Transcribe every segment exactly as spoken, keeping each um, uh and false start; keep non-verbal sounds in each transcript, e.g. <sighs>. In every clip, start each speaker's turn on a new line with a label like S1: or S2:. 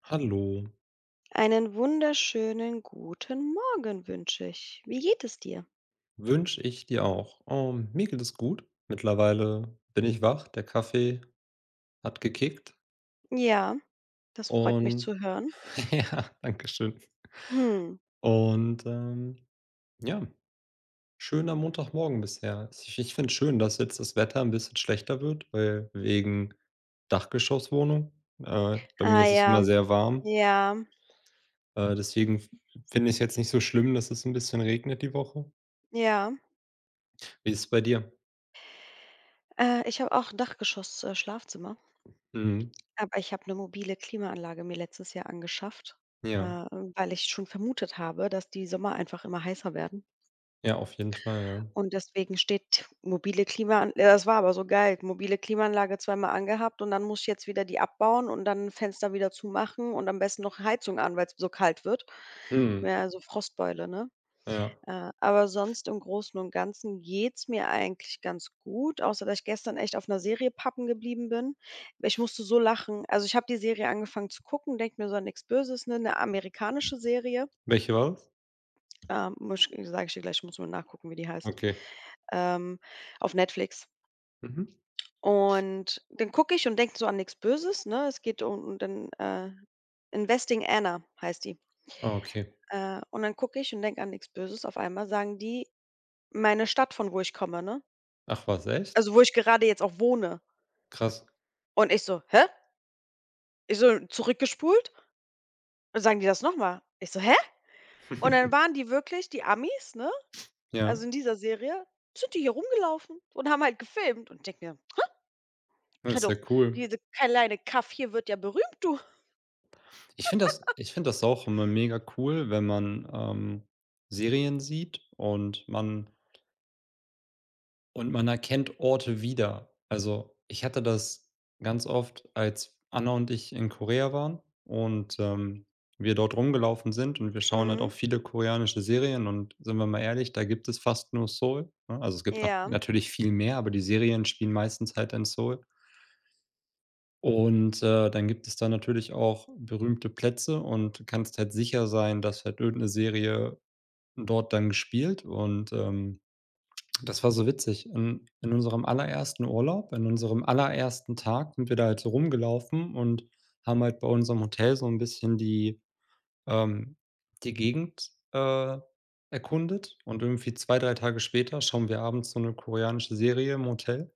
S1: Hallo,
S2: Einen wunderschönen guten Morgen wünsche ich. Wie geht es dir?
S1: wünsche ich dir auch. Ähm, mir geht es gut. Mittlerweile bin ich wach, der Kaffee hat gekickt
S2: Ja, das freut mich
S1: und
S2: zu hören.
S1: <laughs> ja, danke schön.
S2: Hm.
S1: Und ähm, ja, schöner Montagmorgen bisher. Ich, ich finde es schön, dass jetzt das Wetter ein bisschen schlechter wird, weil wegen Dachgeschosswohnung. Äh, bei mir
S2: Ah
S1: ist es
S2: ja,
S1: immer sehr warm.
S2: ja,
S1: Äh, deswegen finde ich es jetzt nicht so schlimm, dass es ein bisschen regnet die Woche.
S2: ja.
S1: Wie ist es bei dir?
S2: Äh, ich habe auch ein Dachgeschoss, äh, Schlafzimmer,
S1: Mhm.
S2: aber ich habe eine mobile Klimaanlage mir letztes Jahr angeschafft, äh,
S1: Ja,
S2: weil ich schon vermutet habe, dass die Sommer einfach immer heißer werden.
S1: ja, auf jeden Fall, ja.
S2: Und deswegen steht mobile Klimaanl ja, das war aber so geil, mobile Klimaanlage zweimal angehabt und dann muss ich jetzt wieder die abbauen und dann Fenster wieder zumachen und am besten noch Heizung an, weil es so kalt wird.
S1: Mhm.
S2: Ja, so Frostbeule, ne?
S1: Ja.
S2: Äh, aber sonst im Großen und Ganzen geht's mir eigentlich ganz gut, außer dass ich gestern echt auf einer Serie pappen geblieben bin. Ich musste so lachen. Also, ich habe die Serie angefangen zu gucken, denke mir so: „an nichts Böses", ne? 'Ne amerikanische Serie.
S1: Welche war das?
S2: Ähm, sage ich dir gleich, ich muss mal nachgucken, wie die heißt,
S1: Okay.
S2: ähm, auf Netflix.
S1: Mhm.
S2: Und dann gucke ich und denke so an nichts Böses, ne? Es geht um um den, äh Investing Anna heißt die.
S1: Ah, okay.
S2: Äh, und dann gucke ich und denke an nichts Böses. Auf einmal sagen die meine Stadt, von wo ich komme, ne?
S1: Ach was, echt?
S2: Also, wo ich gerade jetzt auch wohne.
S1: Krass.
S2: Und ich so: „Hä?" Ich so: „Zurückgespult?" Und sagen die das noch mal. Ich so: „Hä?" Und dann
S1: <laughs>
S2: waren die wirklich die Amis, ne? Also,
S1: Ja,
S2: in dieser Serie sind die hier rumgelaufen und haben halt gefilmt und ich denke mir:
S1: das ist ja
S2: „Credo,
S1: cool.
S2: diese kleine Kaff hier wird ja berühmt, du."
S1: Ich finde das ich finde das auch immer mega cool, wenn man, ähm, Serien sieht und man und man erkennt Orte wieder. Also, ich hatte das ganz oft, als Anna und ich in Korea waren und, ähm, wir dort rumgelaufen sind und wir schauen halt
S2: Mhm.
S1: auch viele koreanische Serien, und sind wir mal ehrlich, da gibt es fast nur Seoul, ne? Also, es gibt na
S2: Ja.
S1: natürlich viel mehr, aber die Serien spielen meistens halt in Seoul. Und, äh, dann gibt es da natürlich auch berühmte Plätze, und du kannst halt sicher sein, dass halt irgendeine Serie dort dann gespielt und, ähm das war so witzig. In in unserem allerersten Urlaub, in unserem allerersten Tag, sind wir da halt so rumgelaufen und haben halt bei unserem Hotel so ein bisschen die ähm, die Gegend, äh, erkundet, und irgendwie zwei drei Tage später schauen wir abends so eine koreanische Serie im Hotel,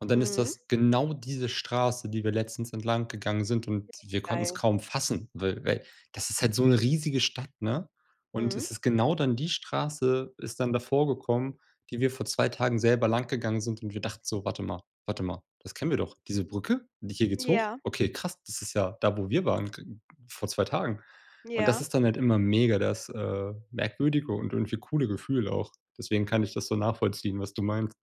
S1: und dann ist
S2: Mhm.
S1: das genau diese Straße, die wir letztens entlang gegangen sind, und wir konnten es
S2: Geil.
S1: kaum fassen, weil weil das ist halt so eine riesige Stadt, ne? Und
S2: Mhm.
S1: es ist genau dann, die Straße ist dann davor gekommen, die wir vor zwei Tagen selber langgegangen sind, und wir dachten so: „Warte mal, warte mal, das kennen wir doch. Diese Brücke? Die hier geht's hoch?
S2: Ja,
S1: Okay, krass, das ist ja da, wo wir waren g vor zwei Tagen.“ Und das
S2: ja.
S1: ist dann halt immer mega das, äh, merkwürdige und irgendwie coole Gefühl auch. Deswegen kann ich das so nachvollziehen, was du meinst.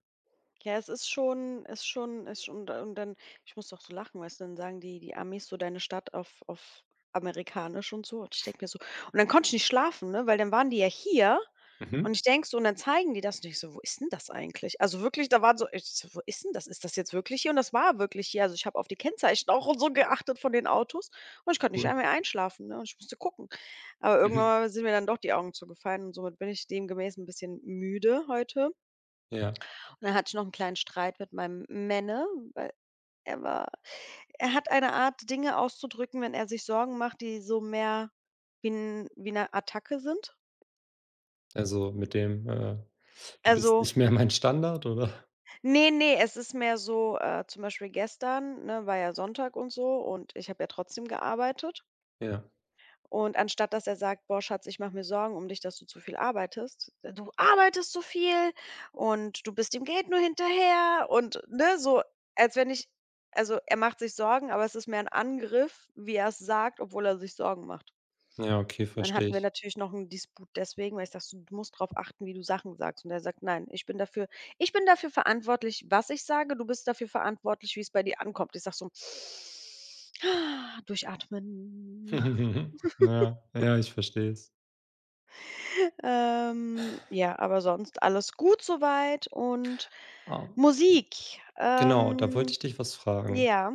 S2: Ja, es ist schon ist schon ist schon und dann ich muss doch so lachen, weißt du, dann sagen die die Amis so deine Stadt auf auf amerikanisch und so. Und ich denke mir so und dann konnte ich nicht schlafen, ne, weil dann waren die ja hier und
S1: Mhm.
S2: ich denke so und dann zeigen die das und ich so: „Wo ist denn das eigentlich?" Also wirklich, da waren so ich so: „Wo ist denn das? Ist das jetzt wirklich hier?" Und das war wirklich hier. Also, ich habe auf die Kennzeichen auch und so geachtet von den Autos und ich konnte nicht
S1: Cool.
S2: einmal einschlafen, ne, und ich musste gucken. Aber
S1: Mhm.
S2: irgendwann sind mir dann doch die Augen zugefallen und somit bin ich demgemäß ein bisschen müde heute.
S1: Ja,
S2: Dann hatte ich noch 'n kleinen Streit mit meinem Männer, weil er war er hat eine Art, Dinge auszudrücken, wenn er sich Sorgen macht, die so mehr wie 'n wie 'ne Attacke sind.
S1: also mit dem, äh: „Du bist
S2: Also,
S1: nicht mehr mein Standard“, oder?
S2: ne, ne, es ist mehr so, äh, zum Beispiel gestern, ne, war ja Sonntag und so und ich habe ja trotzdem gearbeitet.
S1: Ja.
S2: Und anstatt dass er sagt: „Boah, Schatz, ich mache mir Sorgen um dich, dass du zu viel arbeitest. äh, Du arbeitest so viel und du bist dem Geld nur hinterher" und, ne, so, als wenn ich also, er macht sich Sorgen, aber es ist mehr ein Angriff, wie er es sagt, obwohl er sich Sorgen macht.
S1: Ja, okay,
S2: dann
S1: verstehe
S2: hatten wir
S1: ich.
S2: natürlich noch einen Disput deswegen, weil ich sage so: „Du musst darauf achten, wie du Sachen sagst." Und er sagt: „Nein, ich bin dafür ich bin dafür verantwortlich, was ich sage. Du bist dafür verantwortlich, wie es bei dir ankommt." Ich sage so: <sighs> „Durchatmen."
S1: <laughs> Ja, ja, ich verstehe es.
S2: Ähm, ja, aber sonst alles gut soweit und
S1: Ah,
S2: Musik.
S1: genau, da wollte
S2: Ähm,
S1: ich dich was fragen.
S2: ja.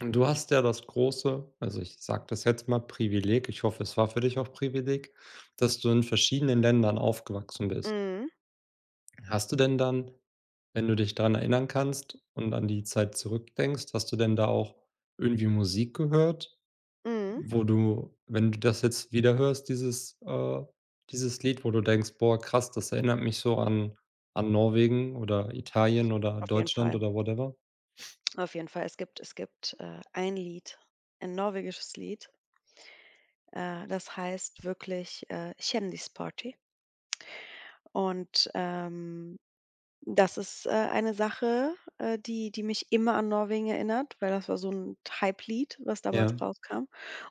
S1: Und Du hast ja das große, also, ich sage das jetzt mal, Privileg, ich hoffe, es war für dich auch Privileg, dass du in verschiedenen Ländern aufgewachsen bist.
S2: Mhm.
S1: Hast du denn dann Wenn du dich daran erinnern kannst und an die Zeit zurückdenkst, hast du denn da auch irgendwie Musik gehört,
S2: Mhm.
S1: wo du, wenn du das jetzt wieder hörst, dieses, äh dieses Lied, wo du denkst: „Boah, krass, das erinnert mich so an an Norwegen oder Italien oder
S2: Auf jeden
S1: Deutschland“
S2: Fall.
S1: oder whatever?
S2: Auf jeden Fall. Es gibt es gibt, äh, ein Lied, ein norwegisches Lied, äh, das heißt wirklich, äh, Kjendisparty, und, ähm das ist, äh, eine Sache, äh, die die mich immer an Norwegen erinnert, weil das war so ein Hype-Lied, was damals
S1: Ja.
S2: rauskam.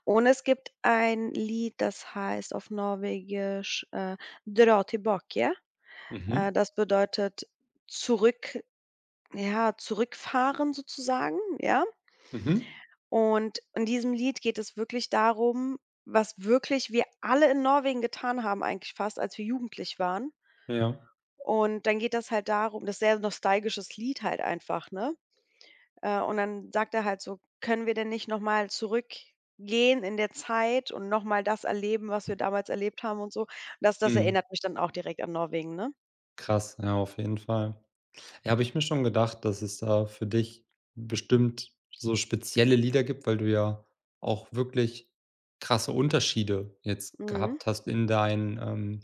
S2: Und es gibt ein Lied, das heißt auf Norwegisch, äh, „Dra tilbake". Äh,
S1: Mhm.
S2: das bedeutet zurück, ja, zurückfahren sozusagen, ja?
S1: Mhm.
S2: Und in diesem Lied geht es wirklich darum, was wirklich wir alle in Norwegen getan haben eigentlich fast, als wir jugendlich waren.
S1: Ja.
S2: Und dann geht das halt darum, das ist sehr nostalgisches Lied halt einfach, ne? Äh, und dann sagt er halt so: „Können wir denn nicht noch mal zurückgehen in der Zeit und noch mal das erleben, was wir damals erlebt haben und so?" Das das
S1: Mhm.
S2: erinnert mich dann auch direkt an Norwegen, ne?
S1: Krass, ja, auf jeden Fall. Ja, habe ich mir schon gedacht, dass es da für dich bestimmt so spezielle Lieder gibt, weil du ja auch wirklich krasse Unterschiede jetzt
S2: Mhm.
S1: gehabt hast in deinen, ähm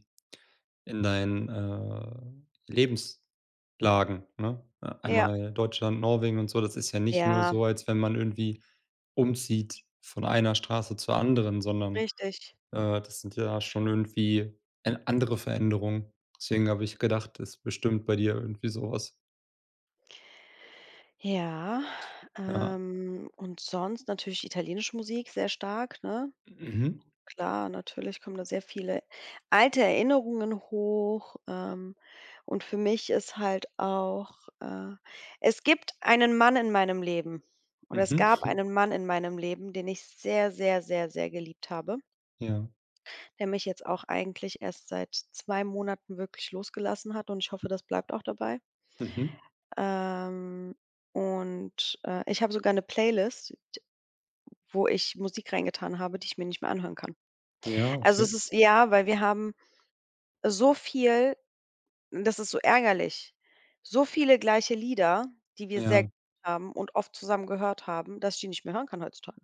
S1: in deinen, äh, Lebenslagen, ne? Äh,
S2: Ja.
S1: einmal Deutschland, Norwegen und so. Das ist ja nicht nur
S2: Ja,
S1: so, als wenn man irgendwie umzieht von einer Straße zur anderen, sondern,
S2: richtig.
S1: äh, das sind ja schon irgendwie en andere Veränderungen. Deswegen habe ich gedacht, ist bestimmt bei dir irgendwie sowas.
S2: Ja,
S1: Ja,
S2: ähm, und sonst natürlich italienische Musik sehr stark, ne?
S1: Mhm.
S2: Klar, natürlich kommen da sehr viele alte Erinnerungen hoch. Ähm, und für mich ist halt auch, äh es gibt einen Mann in meinem Leben oder es
S1: Mhm.
S2: gab einen Mann in meinem Leben, den ich sehr, sehr, sehr, sehr geliebt habe,
S1: Ja.
S2: der mich jetzt auch eigentlich erst seit zwei Monaten wirklich losgelassen hat und ich hoffe, das bleibt auch dabei.
S1: Mhm.
S2: Ähm, und, äh, Ich habe sogar eine Playlist, wo ich Musik reingetan habe, die ich mir nicht mehr anhören kann.
S1: Ja,
S2: Also, es
S1: okay.
S2: ist ja, weil wir haben so viel, und das ist so ärgerlich, so viele gleiche Lieder, die wir sehr
S1: Ja.
S2: gern haben und oft zusammen gehört haben, dass ich die nicht mehr hören kann heutzutage.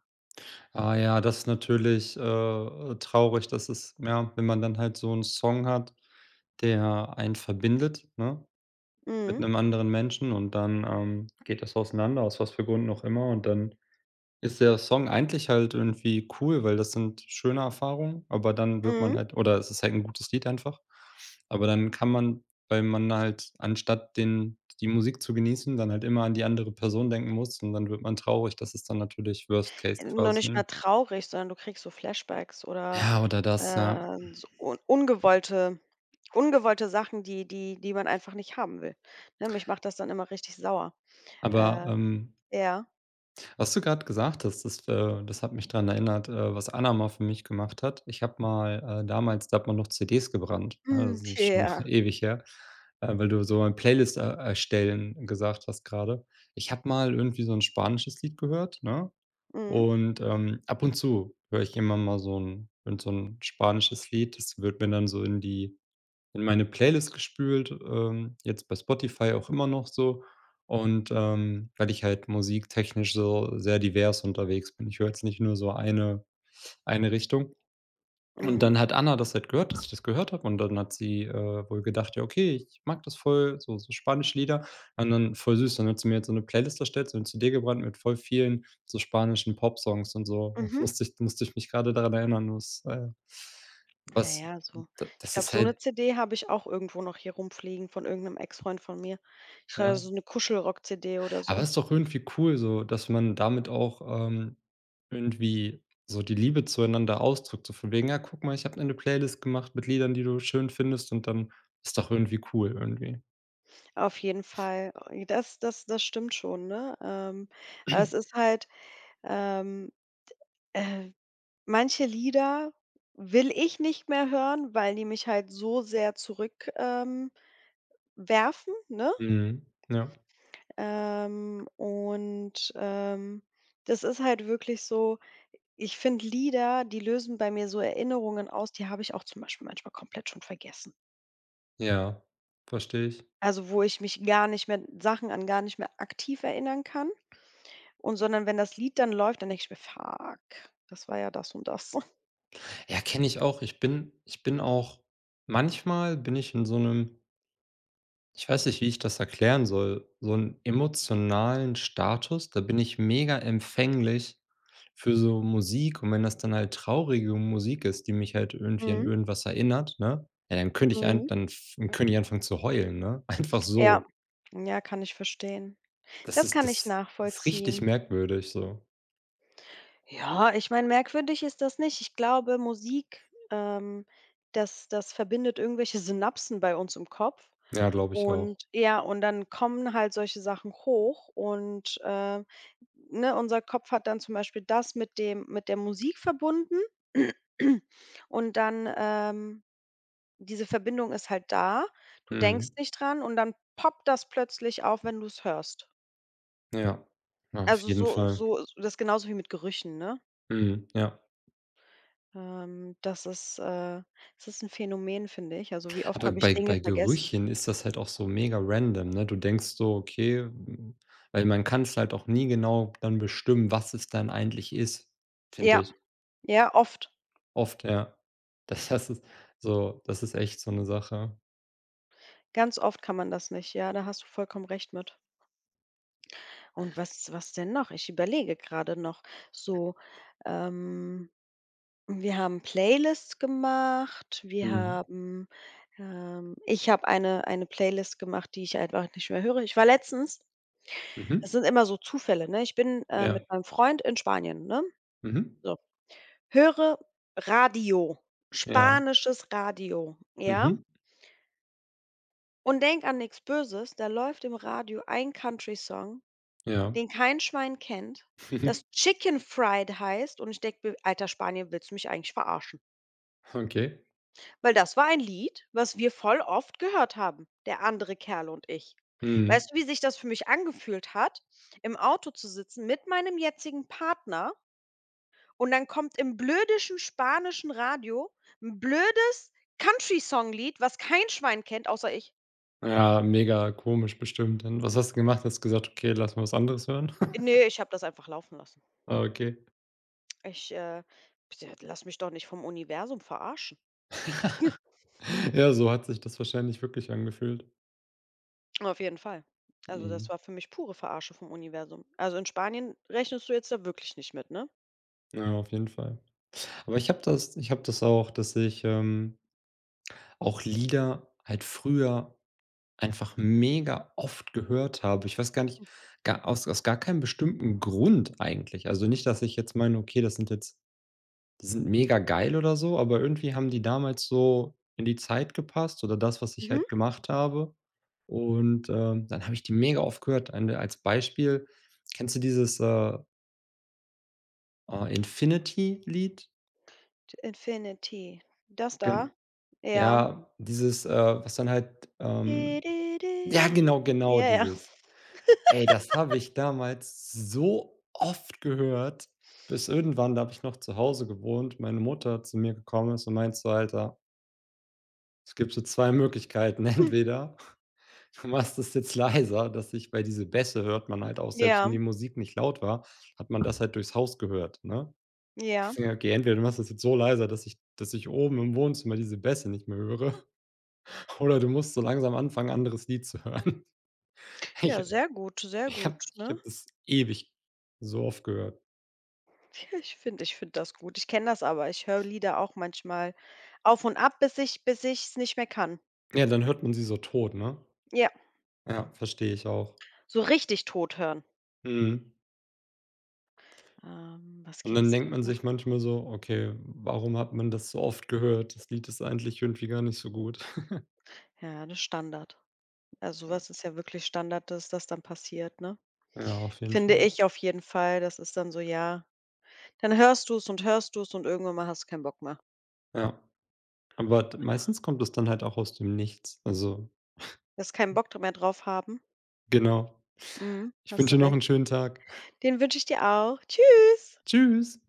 S1: Ah ja, das ist natürlich, äh, traurig, dass es, ja, wenn man dann halt so 'n Song hat, der einen verbindet, ne, mit
S2: Mhm,
S1: einem anderen Menschen, und dann, ähm, geht das auseinander, aus was für Gründen auch immer, und dann ist der Song eigentlich halt irgendwie cool, weil das sind schöne Erfahrungen, aber dann wird
S2: mhm.
S1: man halt, oder es ist halt 'n gutes Lied einfach. Aber dann kann man, weil man halt anstatt den die Musik zu genießen, dann halt immer an die andere Person denken muss, und dann wird man traurig. Das ist dann natürlich Worst Case
S2: Nur nicht
S1: quasi.
S2: mehr traurig, sondern du kriegst so Flashbacks, oder,
S1: Ja, oder das, ja.
S2: äh, so un ungewollte ungewollte Sachen, die die die man einfach nicht haben will. Ne, mich macht das dann immer richtig sauer.
S1: Aber,
S2: Äh,
S1: ähm
S2: ja.
S1: was du gerade gesagt hast, das, äh das hat mich daran erinnert, äh, was Anna mal für mich gemacht hat. Ich habe mal, äh damals, da hat man noch C Ds gebrannt, ne?
S2: Mhm,
S1: Das ist
S2: <laughs>
S1: schon <laughs>
S2: ja.
S1: ewig her, äh, weil du so ein Playlist er erstellen gesagt hast gerade. Ich habe mal irgendwie so ein spanisches Lied gehört, ne?
S2: Mhm,
S1: Und, ähm, ab und zu höre ich immer mal so ein, irgend so 'n spanisches Lied. Das wird mir dann so in die in meine Playlist gespült, ähm, jetzt bei Spotify auch immer noch so. Und, ähm, weil ich halt musiktechnisch so sehr divers unterwegs bin. Ich höre jetzt nicht nur so eine eine Richtung. Und
S2: mhm,
S1: dann hat Anna das halt gehört, dass ich das gehört habe, und dann hat sie, äh, wohl gedacht: „Ja, okay, ich mag das voll, so so spanische Lieder.“ Und dann, voll süß, dann hat sie mir jetzt so eine Playlist erstellt, so 'ne C D gebrannt mit voll vielen so spanischen Popsongs und so. <laughs>
S2: mhm.
S1: Da musste ich musste ich mich gerade daran erinnern, was, äh
S2: Ja,
S1: was
S2: ja, so.
S1: d
S2: Ich
S1: das
S2: glaube,
S1: ist
S2: so 'ne
S1: halt,
S2: C D habe ich auch irgendwo noch hier rumfliegen von irgend 'nem Ex-Freund von mir. Ich glaube,
S1: ja.
S2: so 'ne Kuschelrock-C D oder
S1: Aber
S2: so.
S1: es ist doch irgendwie cool so, dass man damit auch, ähm, irgendwie so die Liebe zueinander ausdrückt, so von wegen: „Ja, guck mal, ich habe eine Playlist gemacht mit Liedern, die du schön findest“, und dann ist doch irgendwie cool irgendwie.
S2: Auf jeden Fall, äh, das das das stimmt schon, ne? Ähm, aber es ist halt, ähm, äh manche Lieder will ich nicht mehr hören, weil die mich halt so sehr zurück ähm, werfen, ne?
S1: Mhm. Ja.
S2: Ähm, und, ähm, Das ist halt wirklich so. Ich finde, Lieder, die lösen bei mir so Erinnerungen aus, die habe ich auch zum Beispiel manchmal komplett schon vergessen.
S1: Ja, verstehe ich.
S2: Also, wo ich mich gar nicht mehr Sachen an gar nicht mehr aktiv erinnern kann, und sondern wenn das Lied dann läuft, dann denke ich mir: „Fuck, das war ja das und das." <laughs>
S1: Ja, kenne ich auch. Ich bin ich bin auch manchmal, bin ich in so einem, ich weiß nicht, wie ich das erklären soll, so 'n emotionalen Status, da bin ich mega empfänglich für so Musik, und wenn das dann halt traurige Musik ist, die mich halt irgendwie an
S2: Mhm,
S1: irgendwas erinnert, ne, ja, dann könnte ich ein
S2: mhm.
S1: dann f könnte ich anfangen zu heulen, ne? <laughs> Einfach
S2: Ja.
S1: so.
S2: Ja, kann ich verstehen.
S1: Das
S2: Das
S1: ist
S2: kann ich
S1: das ist richtig
S2: nachvollziehen.
S1: merkwürdig so.
S2: Ja, ich meine, merkwürdig ist das nicht. Ich glaube, Musik, ähm, das das verbindet irgendwelche Synapsen bei uns im Kopf.
S1: Ja, glaube ich auch.
S2: Und ja, und dann kommen halt solche Sachen hoch und, äh, ne, unser Kopf hat dann zum Beispiel das mit dem mit der Musik verbunden <clears throat> und dann, ähm diese Verbindung ist halt da. Du denkst
S1: Mhm.
S2: nicht dran und dann poppt das plötzlich auf, wenn du es hörst.
S1: Ja. Ja, auf
S2: Also,
S1: jeden
S2: so,
S1: Fall.
S2: so das ist genauso wie mit Gerüchen, ne?
S1: Mhm, ja.
S2: Ähm, das ist, äh das ist ein Phänomen, finde ich. Also, wie oft
S1: Aber
S2: habe ich
S1: bei
S2: Dinge
S1: bei
S2: vergessen?
S1: Gerüchen ist das halt auch so mega random, ne? Du denkst so: „Okay“, hm, weil man kann's halt auch nie genau dann bestimmen, was es dann eigentlich ist, finde
S2: Ja,
S1: ich.
S2: ja, oft.
S1: Oft, ja. Das das ist so das ist echt so 'ne Sache.
S2: Ganz oft kann man das nicht. Ja, da hast du vollkommen recht mit. Und was was denn noch? Ich überlege gerade noch so, ähm, wir haben Playlists gemacht, wir
S1: Mhm.
S2: haben, ähm ich habe eine eine Playlist gemacht, die ich einfach nicht mehr höre. Ich war letztens Das
S1: Mhm.
S2: sind immer so Zufälle, ne? Ich bin, äh,
S1: Ja.
S2: mit meinem Freund in Spanien, ne?
S1: Mhm.
S2: So, höre Radio,
S1: Ja.
S2: spanisches Radio, ja?
S1: Mhm.
S2: Und denk an nichts Böses, da läuft im Radio ein Country-Song,
S1: Ja.
S2: den kein Schwein kennt, das
S1: <laughs>
S2: Chicken Fried heißt, und ich denke mir: „Alter, Spanier, willst du mich eigentlich verarschen?"
S1: Okay.
S2: Weil das war ein Lied, was wir voll oft gehört haben, der andere Kerl und ich.
S1: Mhm.
S2: Weißt du, wie sich das für mich angefühlt hat, im Auto zu sitzen mit meinem jetzigen Partner und dann kommt im blödischen spanischen Radio 'n blödes Country-Song-Lied, was kein Schwein kennt, außer ich.
S1: Ja, mega komisch bestimmt. Und was hast du gemacht? Hast gesagt: „Okay, lass mal was anderes hören?“ <laughs>
S2: Ne, ich habe das einfach laufen lassen.
S1: Ah, okay.
S2: Ich, äh, Lass mich doch nicht vom Universum verarschen.
S1: Ja, so hat sich das wahrscheinlich wirklich angefühlt.
S2: Auf jeden Fall. Also, das
S1: Mhm.
S2: war für mich pure Verarsche vom Universum. Also, in Spanien rechnest du jetzt da wirklich nicht mit, ne?
S1: Ja, auf jeden Fall. Aber ich habe das ich habe das auch, dass ich, ähm, auch Lieder halt früher einfach mega oft gehört habe. Ich weiß gar nicht gar aus aus gar keinem bestimmten Grund eigentlich. Also, nicht, dass ich jetzt meine: „Okay, das sind jetzt die sind mega geil oder so“, aber irgendwie haben die damals so in die Zeit gepasst oder das, was ich
S2: Mhm.
S1: halt gemacht habe. Und, ähm, dann habe ich die mega oft gehört. Ein als Beispiel, kennst du dieses, äh, äh, Infinity-Lied?
S2: Infinity. Das da?
S1: Gen
S2: Ja.
S1: Ja, dieses, äh, was dann halt,
S2: Di
S1: ähm
S2: di di.
S1: ja, genau, genau
S2: Ja, ja.
S1: dieses. Ey, das habe ich damals so oft gehört, bis irgendwann, da habe ich noch zu Hause gewohnt, meine Mutter zu mir gekommen ist und meint so: „Alter, es gibt so zwei Möglichkeiten. <laughs>
S2: <laughs>
S1: Entweder du machst es jetzt leiser, dass sich weil diese Bässe hört man halt auch, selbst
S2: Ja,
S1: wenn die Musik nicht laut war, hat man das halt durchs Haus gehört, ne?
S2: ja.
S1: Ja, okay, entweder du machst das jetzt so leiser, dass ich dass ich oben im Wohnzimmer diese Bässe nicht mehr höre, <laughs> oder du musst so langsam anfangen, anderes Lied zu hören.“ <laughs> Ich
S2: Ja, sehr gut, sehr
S1: ich
S2: gut,
S1: habe ich
S2: ne?
S1: habe
S2: <laughs>
S1: das ewig so oft gehört.
S2: Ja, ich finde ich finde das gut. Ich kenne das aber. Ich höre Lieder auch manchmal auf und ab, bis ich bis ich's nicht mehr kann.
S1: Ja, dann hört man sie so tot, ne?
S2: Ja,
S1: Ja, verstehe ich auch.
S2: so richtig tot hören.
S1: Mhm.
S2: Ähm, was
S1: Und dann
S2: gibt's
S1: denkt
S2: denn
S1: man
S2: noch?
S1: sich manchmal so: „Okay, warum hat man das so oft gehört? Das Lied ist eigentlich irgendwie gar nicht so gut.“
S2: Ja, das Standard. Also, was ist ja wirklich Standard, dass das dann passiert, ne?
S1: Ja, auf jeden
S2: Finde
S1: Fall.
S2: ich auf jeden Fall. Das ist dann so, ja, dann hörst du es und hörst du es und irgendwann mal hast du keinen Bock mehr.
S1: Ja, aber d meistens kommt es dann halt auch aus dem Nichts. Also,
S2: Wirst keinen Bock mehr drauf haben.
S1: genau.
S2: Mhm,
S1: Ich
S2: hast
S1: wünsche
S2: du
S1: noch einen
S2: recht.
S1: schönen Tag.
S2: Den wünsche ich dir auch. Tschüss.
S1: <laughs> Tschüss.